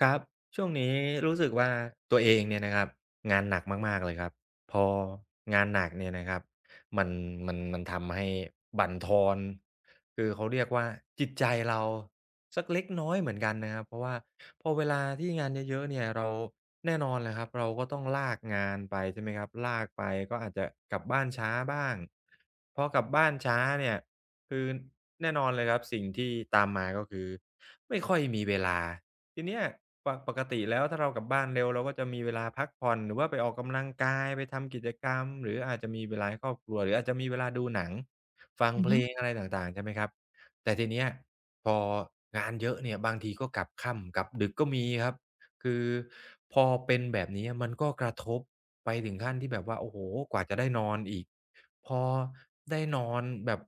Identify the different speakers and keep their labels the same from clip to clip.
Speaker 1: ครับช่วงนี้รู้สึกว่าตัวเองเนี่ยนะครับงานหนักมากๆเลยครับพองานหนักเนี่ยนะครับมันมันทำให้บั่นทอนคือเขาเรียกว่าจิตใจเราสักเล็กน้อยเหมือนกันนะครับเพราะว่าพอเวลาที่งานเยอะๆเนี่ยเราแน่นอนแหละครับเราก็ต้องลากงานไปใช่ไหมครับลากไปก็อาจจะกลับบ้านช้าบ้างพอกลับบ้านช้าเนี่ยคือแน่นอนเลยครับสิ่งที่ตามมาก็คือไม่ค่อยมีเวลา ทีเนี้ยปกติแล้วถ้าเรากลับบ้านเร็วเราก็จะมีเวลาพักผ่อนหรือว่าไปออกกำลังกายไปทำกิจกรรมหรืออาจจะมีเวลาให้ครอบครัวหรืออาจจะมีเวลาดูหนังฟัง
Speaker 2: อือ
Speaker 1: เพล
Speaker 2: ฮึ
Speaker 1: งอะไรต่างๆใช่ไหมครับแต่ทีเนี้ยพองานเยอะเนี่ยบางทีก็กลับค่ำกลับดึกก็มีครับคือพอเป็นแบบนี้มันก็กระทบไปถึงขั้นที่แบบว่าโอ้โฮกว่าจะได้นอนอีกพอได้นอนแบบ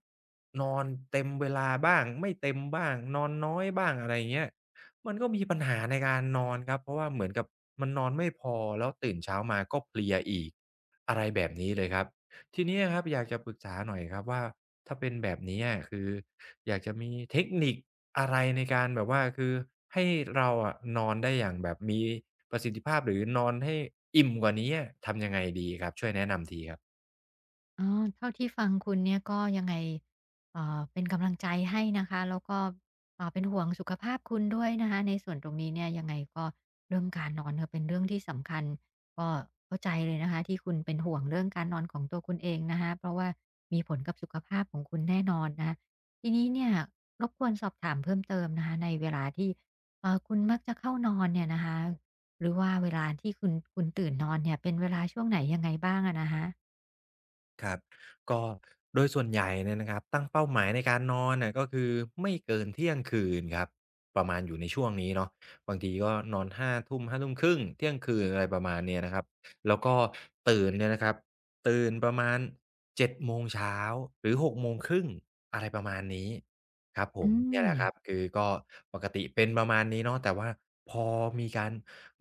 Speaker 1: นอนเต็มเวลาบ้างไม่เต็มบ้างนอนน้อยบ้างอะไรอย่างเงี้ย มันก็มีปัญหาในการนอนครับเพราะว่าเหมือนกับมันนอนไม่พอแล้วตื่นเช้ามาก็เพลียอีกอะไรแบบนี้เลยครับทีนี้อะครับอยากจะปรึกษาหน่อยครับว่าถ้าเป็นแบบนี้อะคืออยากจะมีเทคนิคอะไรในการแบบว่าคือให้เราอะนอนได้อย่างแบบมีประสิทธิภาพหรือนอนให้อิ่มกว่านี้อะทำยังไงดีครับช่วยแนะนำทีครับ
Speaker 2: อ๋อเท่าที่ฟังคุณเนี่ยก็ยังไงเป็นกำลังใจให้นะคะแล้วก็เป็นห่วงสุขภาพคุณด้วยนะคะในส่วนตรงนี้เนี่ยยังไงก็เรื่องการนอนเนี่ยเป็นเรื่องที่สำคัญก็เข้าใจเลยนะคะที่คุณเป็นห่วงเรื่องการนอนของตัวคุณเองนะคะเพราะว่ามีผลกับสุขภาพของคุณแน่นอนนะคะทีนี้เนี่ยรบกวนสอบถามเพิ่มเติมนะคะในเวลาที่คุณมักจะเข้านอนเนี่ยนะคะหรือว่าเวลาที่คุณตื่นนอนเนี่ยเป็นเวลาช่วงไหนยังไงบ้างอะนะคะ
Speaker 1: ครับก็โดยส่วนใหญ่เนี่ยนะครับตั้งเป้าหมายในการนอนน่ะก็คือไม่เกินเที่ยงคืนครับประมาณอยู่ในช่วงนี้เนาะบางทีก็นอน5ทุ่ม5ทุ่มครึ่งเที่ยงคืนอะไรประมาณเนี้ยนะครับแล้วก็ตื่นเนี่ยนะครับตื่นประมาณ7โมงเช้าหรือ6โมงครึ่งอะไรประมาณนี้ครับผ
Speaker 2: อื
Speaker 1: มเนี่ย
Speaker 2: ม
Speaker 1: แหละครับคือก็ปกติเป็นประมาณนี้เนาะแต่ว่าพอมีการ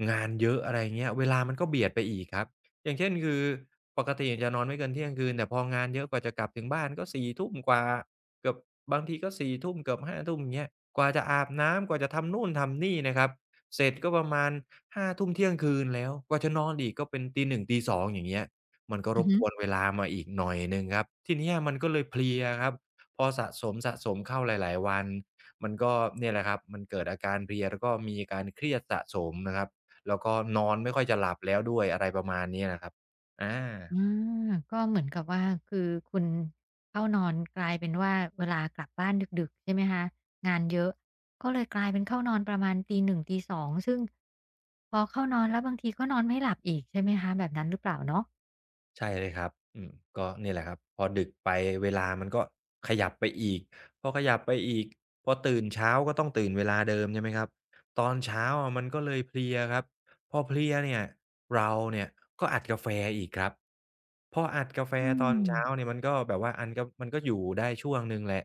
Speaker 1: งานเยอะอะไรอย่างเงี้ยเวลามันก็เบียดไปอีกครับ อย่างเช่นคือปกติจะนอนไม่เกินเที่ยงคืนแต่พองานเยอะกว่าจะกลับถึงบ้านก็สี่ทุ่มกว่าเกือบบางทีก็ส่ทุ่มเกือบห้าทุ่มอย่างเงี้ยกว่าจะอาบน้ำกว่าจะทำนู่นทำนี่นะครับเสร็จก็ประมาณ5ทุ่มเที่ยงคืนแล้วกว่าจะนอนอีกก็เป็นตีหนึ่งตีสองอย่างเงี้ยมันก็ร
Speaker 2: อือ
Speaker 1: บ
Speaker 2: ฮึ
Speaker 1: กวนเวลามาอีกหน่อยหนึ่งครับทีเนี้ยมันก็เลยเพลียครับพอสะสมๆเข้าหลายๆวันมันก็เนี่ยแหละครับมันเกิดอาการเพลียแล้วก็มีการเครียดสะสมนะครับ แล้วก็นอนไม่ค่อยจะหลับแล้วด้วยอะไรประมาณนี้นะครับอา
Speaker 2: อาก็เหมือนกับว่าคือคุณเข้านอนกลายเป็นว่าเวลากลับบ้านดึกๆใช่ไหมคะงานเยอะก็เลยกลายเป็นเข้านอนประมาณตีหนึ่งตีสองซึ่งพอเข้านอนแล้วบางทีก็นอนไม่หลับอีกใช่ไหมคะแบบนั้นหรือเปล่าเนาะ
Speaker 1: ใช่เลยครับอืมก็เนี่ยแหละครับพอดึกไปเวลามันก็ขยับไปอีกพอขยับไปอีกพอตื่นเช้าก็ต้องตื่นเวลาเดิมใช่ไหมครับตอนเช้าอะมันก็เลยเพลียครับพอเพลียเนี่ยเราเนี่ยก็อัดกาแฟอีกครับพออัดกาแฟ
Speaker 2: อื
Speaker 1: ตอน
Speaker 2: ม
Speaker 1: เช้าเนี่ยมันก็แบบว่าอันก็มันก็อยู่ได้ช่วงหนึ่งแหละ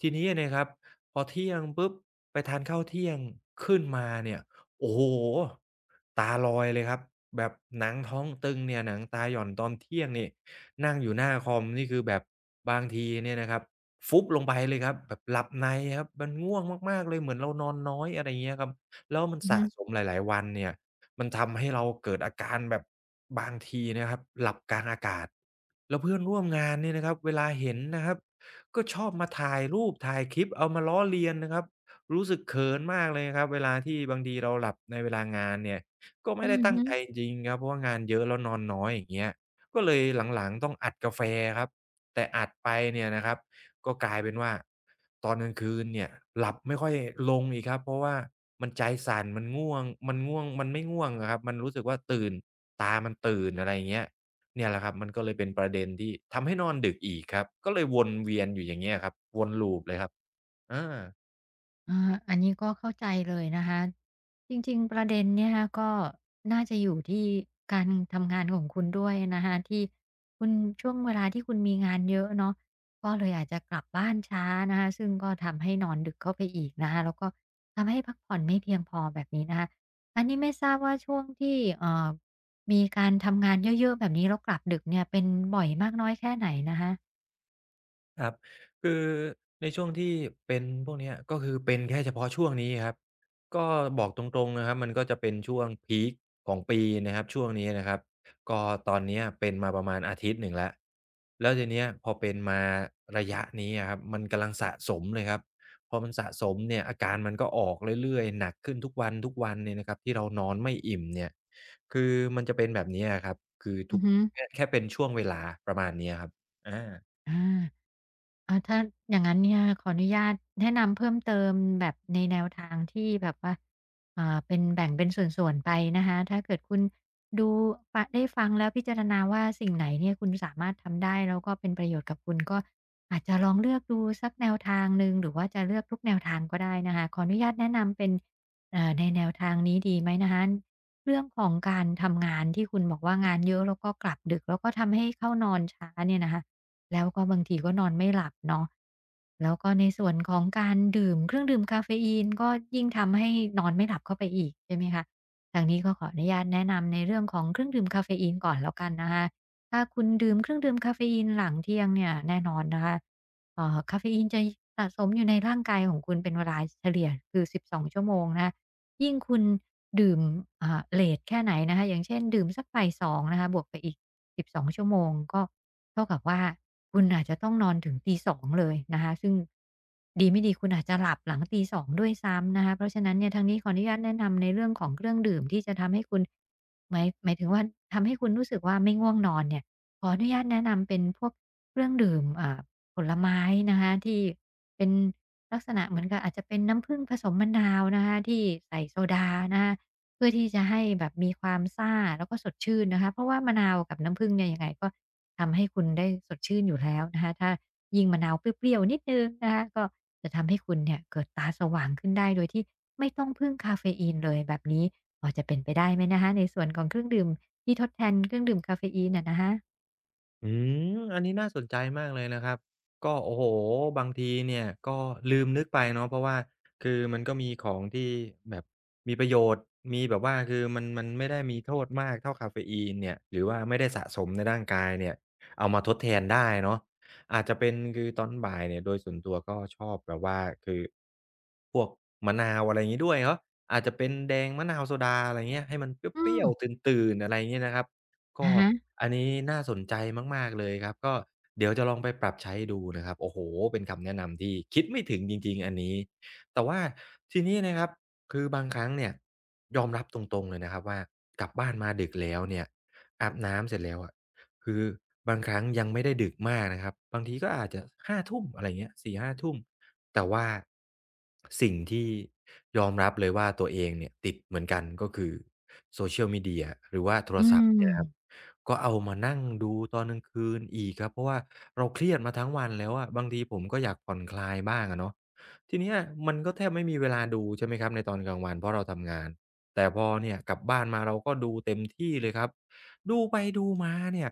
Speaker 1: ทีนี้เนี่ยครับพอเที่ยงปุ๊บไปทานข้าวเที่ยงขึ้นมาเนี่ย โอ้โฮตาลอยเลยครับแบบหนังท้องตึงเนี่ยหนังตาหย่อนตอนเที่ยงนี่นั่งอยู่หน้าคอมนี่คือแบบบางทีเนี่ยนะครับฟุบลงไปเลยครับแบบหลับในครับมันง่วงมากๆเลยเหมือนเรานอนน้อยอะไรอย่างเงี้ยครับแล้วมัน
Speaker 2: อือ
Speaker 1: สะ
Speaker 2: ฮึ
Speaker 1: สมหลายๆวันเนี่ยมันทำให้เราเกิดอาการแบบบางทีนะครับหลับกลางอากาศแล้วเพื่อนร่วมงานเนี่ยนะครับเวลาเห็นนะครับก็ชอบมาถ่ายรูปถ่ายคลิปเอามาล้อเลียนนะครับ รู้สึกเขินมากเลยครับเวลาที่บางทีเราหลับในเวลางานเนี่ยก็ไม่
Speaker 2: อื
Speaker 1: ได้
Speaker 2: อ
Speaker 1: ตั้ง
Speaker 2: ฮึ
Speaker 1: ใจจริงๆครับเพราะว่างานเยอะแล้วนอนน้อยอย่างเงี้ยก็เลยหลังๆต้องอัดกาแฟครับแต่อัดไปเนี่ยนะครับก็กลายเป็นว่าตอนกลางคืนเนี่ยหลับไม่ค่อยลงอีกครับเพราะว่ามันใจสั่นมันง่วงมันง่วงมันไม่ง่วงอะครับมันรู้สึกว่าตื่นตามันตื่นอะไรอย่างเงี้ยเนี่ยแหละครับมันก็เลยเป็นประเด็นที่ทำให้นอนดึกอีกครับก็เลยวนเวียนอยู่อย่างเงี้ยครับวน loop เลยครับอา
Speaker 2: อ่าอันนี้ก็เข้าใจเลยนะคะจริงๆประเด็นเนี่ยนะคะก็น่าจะอยู่ที่การทำงานของคุณด้วยนะคะที่คุณช่วงเวลาที่คุณมีงานเยอะเนาะก็เลยอาจจะกลับบ้านช้านะคะซึ่งก็ทำให้นอนดึกเข้าไปอีกนะคะแล้วก็ทำให้พักผ่อนไม่เพียงพอแบบนี้นะคะอันนี้ไม่ทราบว่าช่วงที่มีการทำงานเยอะๆแบบนี้แล้วกลับดึกเนี่ยเป็นบ่อยมากน้อยแค่ไหนนะคะ
Speaker 1: ครับคือในช่วงที่เป็นพวกเนี้ยก็คือเป็นแค่เฉพาะช่วงนี้ครับก็บอกตรงๆนะครับมันก็จะเป็นช่วงพีกของปีนะครับช่วงนี้นะครับก็ตอนเนี้ยเป็นมาประมาณอาทิตย์หนึ่งแล้วแล้วทีเนี้ยพอเป็นมาระยะนี้อะครับมันกำลังสะสมเลยครับพอมันสะสมเนี่ยอาการมันก็ออกเรื่อยๆหนักขึ้นทุกวันทุกวันเนี่ยนะครับที่เรานอนไม่อิ่มเนี่ยคือมันจะเป็นแบบนี้อะครับคือ
Speaker 2: อื
Speaker 1: ทุ
Speaker 2: อ
Speaker 1: ก
Speaker 2: ฮึ
Speaker 1: แค่แค่เป็นช่วงเวลาประมาณเนี้ยครับอา
Speaker 2: อา อาถ้าอย่างนั้นเนี่ยขออนุญาตแนะนำเพิ่มเติมแบบในแนวทางที่แบบว่าอ่าเป็นแบ่งเป็นส่วนๆไปนะคะถ้าเกิดคุณดูได้ฟังแล้วพิจารณาว่าสิ่งไหนเนี่ยคุณสามารถทำได้แล้วก็เป็นประโยชน์กับคุณก็อาจจะลองเลือกดูสักแนวทางหนึ่งหรือว่าจะเลือกทุกแนวทางก็ได้นะคะขออนุญาตแนะนำเป็นในแนวทางนี้ดีไหมนะคะเรื่องของการทำงานที่คุณบอกว่างานเยอะแล้วก็กลับดึกแล้วก็ทำให้เข้านอนช้าเนี่ยนะคะ แล้วก็บางทีก็นอนไม่หลับเนาะแล้วก็ในส่วนของการดื่มเครื่องดื่มกาเฟอีนก็ยิ่งทำให้นอนไม่หลับเข้าไปอีกใช่ไหมคะทางนี้ก็ขออนุญาตแนะนำในเรื่องของเครื่องดื่มกาเฟอีนก่อนแล้วกันนะคะถ้าคุณดื่มเครื่องดื่มกาเฟอีนหลังเที่ยงเนี่ยแน่นอนนะคะกาเฟอีนจะสะสมอยู่ในร่างกายของคุณเป็นเวลาเฉลี่ยคือ 12ชั่วโมงนะคะยิ่งคุณดื่มอ่าเลตแค่ไหนนะคะอย่างเช่นดื่มสักบ่ายสองนะคะบวกไปอีก 12ชั่วโมงก็เท่ากับว่าคุณอาจจะต้องนอนถึงตี2เลยนะคะซึ่งดีไม่ดีคุณอาจจะหลับหลังตี2ด้วยซ้ำนะคะเพราะฉะนั้นเนี่ยทางนี้ขออนุญาตแนะนำในเรื่องของเครื่องดื่มที่จะทำให้คุณหมายถึงว่าทำให้คุณรู้สึกว่าไม่ง่วงนอนเนี่ยขออนุญาตแนะนำเป็นพวกเครื่องดื่มอ่าผลไม้นะคะที่เป็นลักษณะเหมือนกับอาจจะเป็นน้ำผึ้งผสมมะนาวนะคะที่ใส่โซดานะคะ เพื่อที่จะให้แบบมีความซ่าแล้วก็สดชื่นนะคะเพราะว่ามะนาวกับน้ำผึ้งเนี่ยยังไงก็ทำให้คุณได้สดชื่นอยู่แล้วนะคะถ้ายิ่งมะนาวเปรี้ยวๆนิดนึงนะคะก็จะทำให้คุณเนี่ยเกิดตาสว่างขึ้นได้โดยที่ไม่ต้องพึ่งคาเฟอีนเลยแบบนี้พอจะเป็นไปได้ไหมนะคะในส่วนของเครื่องดื่มที่ทดแทนเครื่องดื่มกาเฟอีนอะนะคะ
Speaker 1: อืมอันนี้น่าสนใจมากเลยนะครับ ก็โอ้โฮบางทีเนี่ยก็ลืมนึกไปเนาะเพราะว่าคือมันก็มีของที่แบบมีประโยชน์ มีแบบว่าคือมันไม่ได้มีโทษมากเท่ากาเฟอีนเนี่ยหรือว่าไม่ได้สะสมในร่างกายเนี่ยเอามาทดแทนได้เนาะอาจจะเป็นคือตอนบ่ายเนี่ยโดยส่วนตัวก็ชอบแบบว่าคือพวกมะนาวอะไรอย่างงี้ด้วยเนาะอาจจะเป็นแดงมะนาวโซดาอะไรเงี้ยให้มัน
Speaker 2: อื
Speaker 1: เปรี้
Speaker 2: ม
Speaker 1: ยวๆตื่นๆอะไรอย่างงี้นะครับ ก็
Speaker 2: อะฮะ
Speaker 1: อันนี้น่าสนใจมากๆเลยครับก็เดี๋ยวจะลองไปปรับใช้ดูนะครับโอ้โฮเป็นคำแนะนำที่คิดไม่ถึงจริงๆอันนี้แต่ว่าทีนี้นะครับคือบางครั้งเนี่ยยอมรับตรงๆเลยนะครับว่ากลับบ้านมาดึกแล้วเนี่ยอาบน้ำเสร็จแล้วอะคือบางครั้งยังไม่ได้ดึกมากนะครับบางทีก็อาจจะห้าทุ่มอะไรอย่างเงี้ยสี่ห้าทุ่มแต่ว่าสิ่งที่ยอมรับเลยว่าตัวเองเนี่ยติดเหมือนกันก็คือ
Speaker 2: อืม
Speaker 1: ก็เอามานั่งดูตอนกลางคืนอีกครับเพราะว่าเราเครียดมาทั้งวันแล้วอะบางทีผมก็อยากผ่อนคลายบ้างอะเนาะทีเนี้ยมันก็แทบไม่มีเวลาดูใช่ไหมครับในตอนกลางวันเพราะเราทำงานแต่พอเนี่ยกลับบ้านมาเราก็ดูเต็มที่เลยครับดูไปดูมาเนี่ย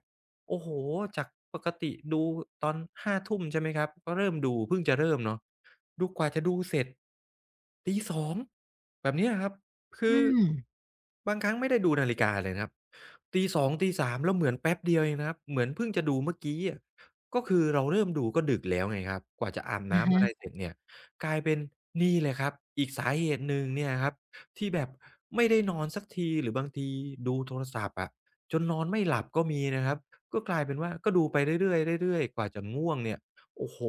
Speaker 1: โอ้โฮจากปกติดูตอน5ทุ่มใช่ไหมครับก็เริ่มดูเพิ่งจะเริ่มเนาะดูกว่าจะดูเสร็จตีสองแบบเนี้ยครับ คื
Speaker 2: อื
Speaker 1: อ
Speaker 2: ม
Speaker 1: บางครั้งไม่ได้ดูนาฬิกาเลยนะครับตี2ตี3แล้วเหมือนแป๊บเดียวเองนะครับเหมือนเพิ่งจะดูเมื่อกี้อะก็คือเราเริ่มดูก็ดึกแล้วไงครับกว่าจะอาบ
Speaker 2: อะ
Speaker 1: น้ำ
Speaker 2: ฮะ
Speaker 1: อะไรเสร็จเนี่ยกลายเป็นนี่เลยครับอีกสาเหตุหนึ่งเนี่ยครับที่แบบไม่ได้นอนสักทีหรือบางทีดูโทรศัพท์อะจนนอนไม่หลับก็มีนะครับก็กลายเป็นว่าก็ดูไปเรื่อยๆเรื่อยๆกว่าจะง่วงเนี่ยโอ้โฮ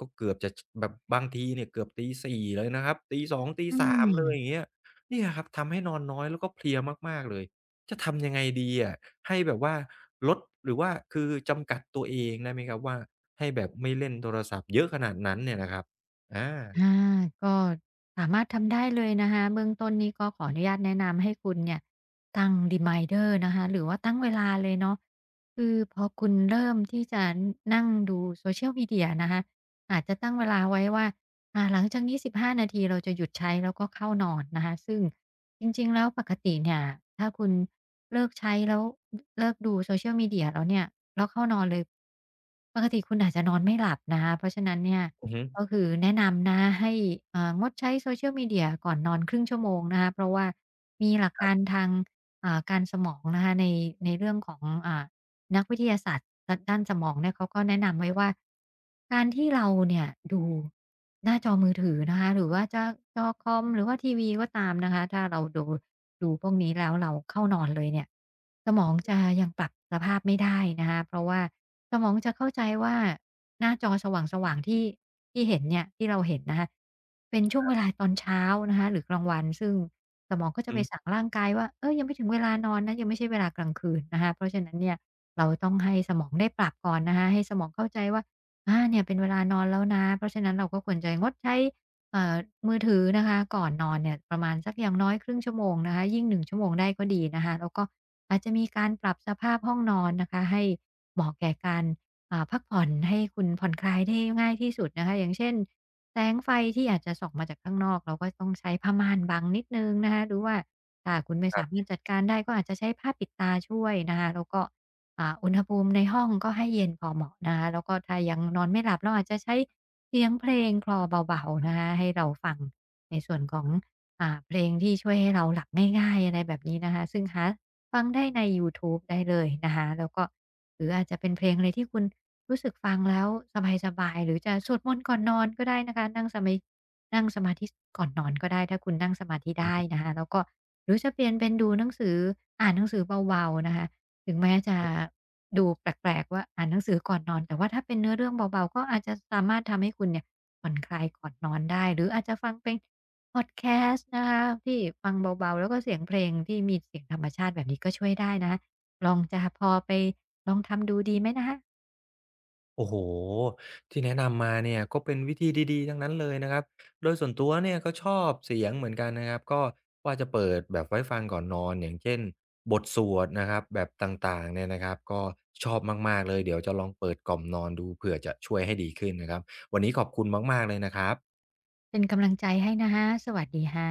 Speaker 1: ก็เกือบจะชแบบบางทีเนี่ยเกือบตีสี่เลยนะครับตีสองตี
Speaker 2: อื
Speaker 1: สามเลยอย่าง
Speaker 2: ม
Speaker 1: เงี้ย เนี่ยครับทำให้นอนน้อยแล้วก็เพลียมากๆเลย จะทำยังไงดีอะให้แบบว่าลดหรือว่าคือจำกัดตัวเองได้ไหมครับว่าให้แบบไม่เล่นโทรศัพท์เยอะขนาดนั้นเนี่ยนะครับอา
Speaker 2: อาก็สามารถทำได้เลยนะคะเบื้องต้นนี้ก็ขออนุญาตแนะนำให้คุณเนี่ยตั้งรีมายเดอร์นะคะหรือว่าตั้งเวลาเลยเนาะคือพอคุณเริ่มที่จะนั่งดู social media นะคะอาจจะตั้งเวลาไว้ว่าอ่าหลังจากนี้15 นาทีเราจะหยุดใช้แล้วก็เข้านอนนะคะซึ่งจริงๆแล้วปกติเนี่ยถ้าคุณเลิกใช้แล้วเลิกดู social media แล้วเนี่ยแล้วเข้านอนเลยปกติคุณอาจจะนอนไม่หลับนะคะเพราะฉะนั้นเนี่ย
Speaker 1: อือฮึ
Speaker 2: ก็คือแนะนำนะให้งดใช้ Social Media ก่อนนอนครึ่งชั่วโมงนะคะเพราะว่ามีหลักการทางการสมองนะคะในเรื่องของอ่านักวิทยาศาสตร์ดด้านสมองเนี่ยเขาก็แนะนำไว้ว่าการที่เราเนี่ยดูหน้าจอมือถือนะคะหรือว่าจะจอคอมหรือว่าทีวีก็ตามนะคะถ้าเราดูพวกนี้แล้วเราเข้านอนเลยเนี่ยสมองจะยังปรับสภาพไม่ได้นะคะเพราะว่าสมองจะเข้าใจว่า หน้าจอสว่างๆที่เห็นเนี่ยที่เราเห็นนะคะเป็นช่วงเวลาตอนเช้านะคะหรือกลางวันซึ่งสมองก็จะ
Speaker 1: อื
Speaker 2: ไป
Speaker 1: อ
Speaker 2: สั่งร่างกายว่าเฮ้ยยังไม่ถึงเวลานอนนะยังไม่ใช่เวลากลางคืนนะคะเพราะฉะนั้นเนี่ยเราต้องให้สมองได้ปรับก่อนนะคะให้สมองเข้าใจว่าอาเนี่ยเป็นเวลานอนแล้วนะเพราะฉะนั้นเราก็ควรจะงดใช้เอ่อมือถือนะคะก่อนนอนเนี่ยประมาณสักอย่างน้อยครึ่งชั่วโมงนะคะยิ่งหนึ่งชั่วโมงได้ก็ดีนะคะแล้วก็อาจจะมีการปรับสภาพห้องนอนนะคะให้เหมาะแก่การ พักผ่อนให้คุณผ่อนคลายได้ง่ายที่สุดนะคะอย่างเช่นแสงไฟที่อาจจะส่องมาจากข้างนอกเราก็ต้องใช้ผ้าม่านบังนิดหนึ่งนะคะหรือว่าถ้าคุณไม่สามารถจัดการได้ก็อาจจะใช้ผ้าปิดตาช่วยนะคะแล้วก็อุณหภูมิในห้องก็ให้เย็นพอเหมาะนะคะแล้วก็ถ้ายังนอนไม่หลับเราอาจจะใช้เสียงเพลงคลอเบาๆนะคะให้เราฟังในส่วนของเพลงที่ช่วยให้เราหลับง่ายๆอะไรแบบนี้นะคะซึ่งหาฟังได้ในยูทูบได้เลยนะคะแล้วก็หรืออาจจะเป็นเพลงอะไรที่คุณ รู้สึกฟังแล้วสบายๆหรือจะสวดมนต์ก่อนนอนก็ได้นะคะนั่งสมาธิก่อนนอนก็ได้ถ้าคุณนั่งสมาธิได้
Speaker 1: ฮึ
Speaker 2: นะคะแล้วก็หรือจะเปลี่ยนเป็นดูหนังสืออ่านหนังสือเบาๆนะคะถึงแม้จะดูแปลกๆว่าอ่านหนังสือก่อนนอนแต่ว่าถ้าเป็นเนื้อเรื่องเบาๆก็อาจจะสามารถทำให้คุณเนี่ยผ่อนคลายก่อนนอนได้หรืออาจจะฟังเป็นพอดแคสต์นะคะที่ฟังเบาๆแล้วก็เสียงเพลงที่มีเสียงธรรมชาติแบบนี้ก็ช่วยได้นะคะลองจะพอไปลองทำดูดีไหมนะคะ
Speaker 1: โอ้โฮที่แนะนำมาเนี่ยก็เป็นวิธีดีๆทั้งนั้นเลยนะครับโดยส่วนตัวเนี่ยก็ชอบเสียงเหมือนกันนะครับก็ว่าจะเปิดแบบไว้ฟังก่อนนอนอย่างเช่นบทสวดนะครับแบบต่างๆเนี่ยนะครับก็ชอบมากๆเลยเดี๋ยวจะลองเปิดกล่อมนอนดูเผื่อจะช่วยให้ดีขึ้นนะครับวันนี้ขอบคุณมากๆเลยนะครับ
Speaker 2: เป็นกำลังใจให้นะฮะสวัสดีฮะ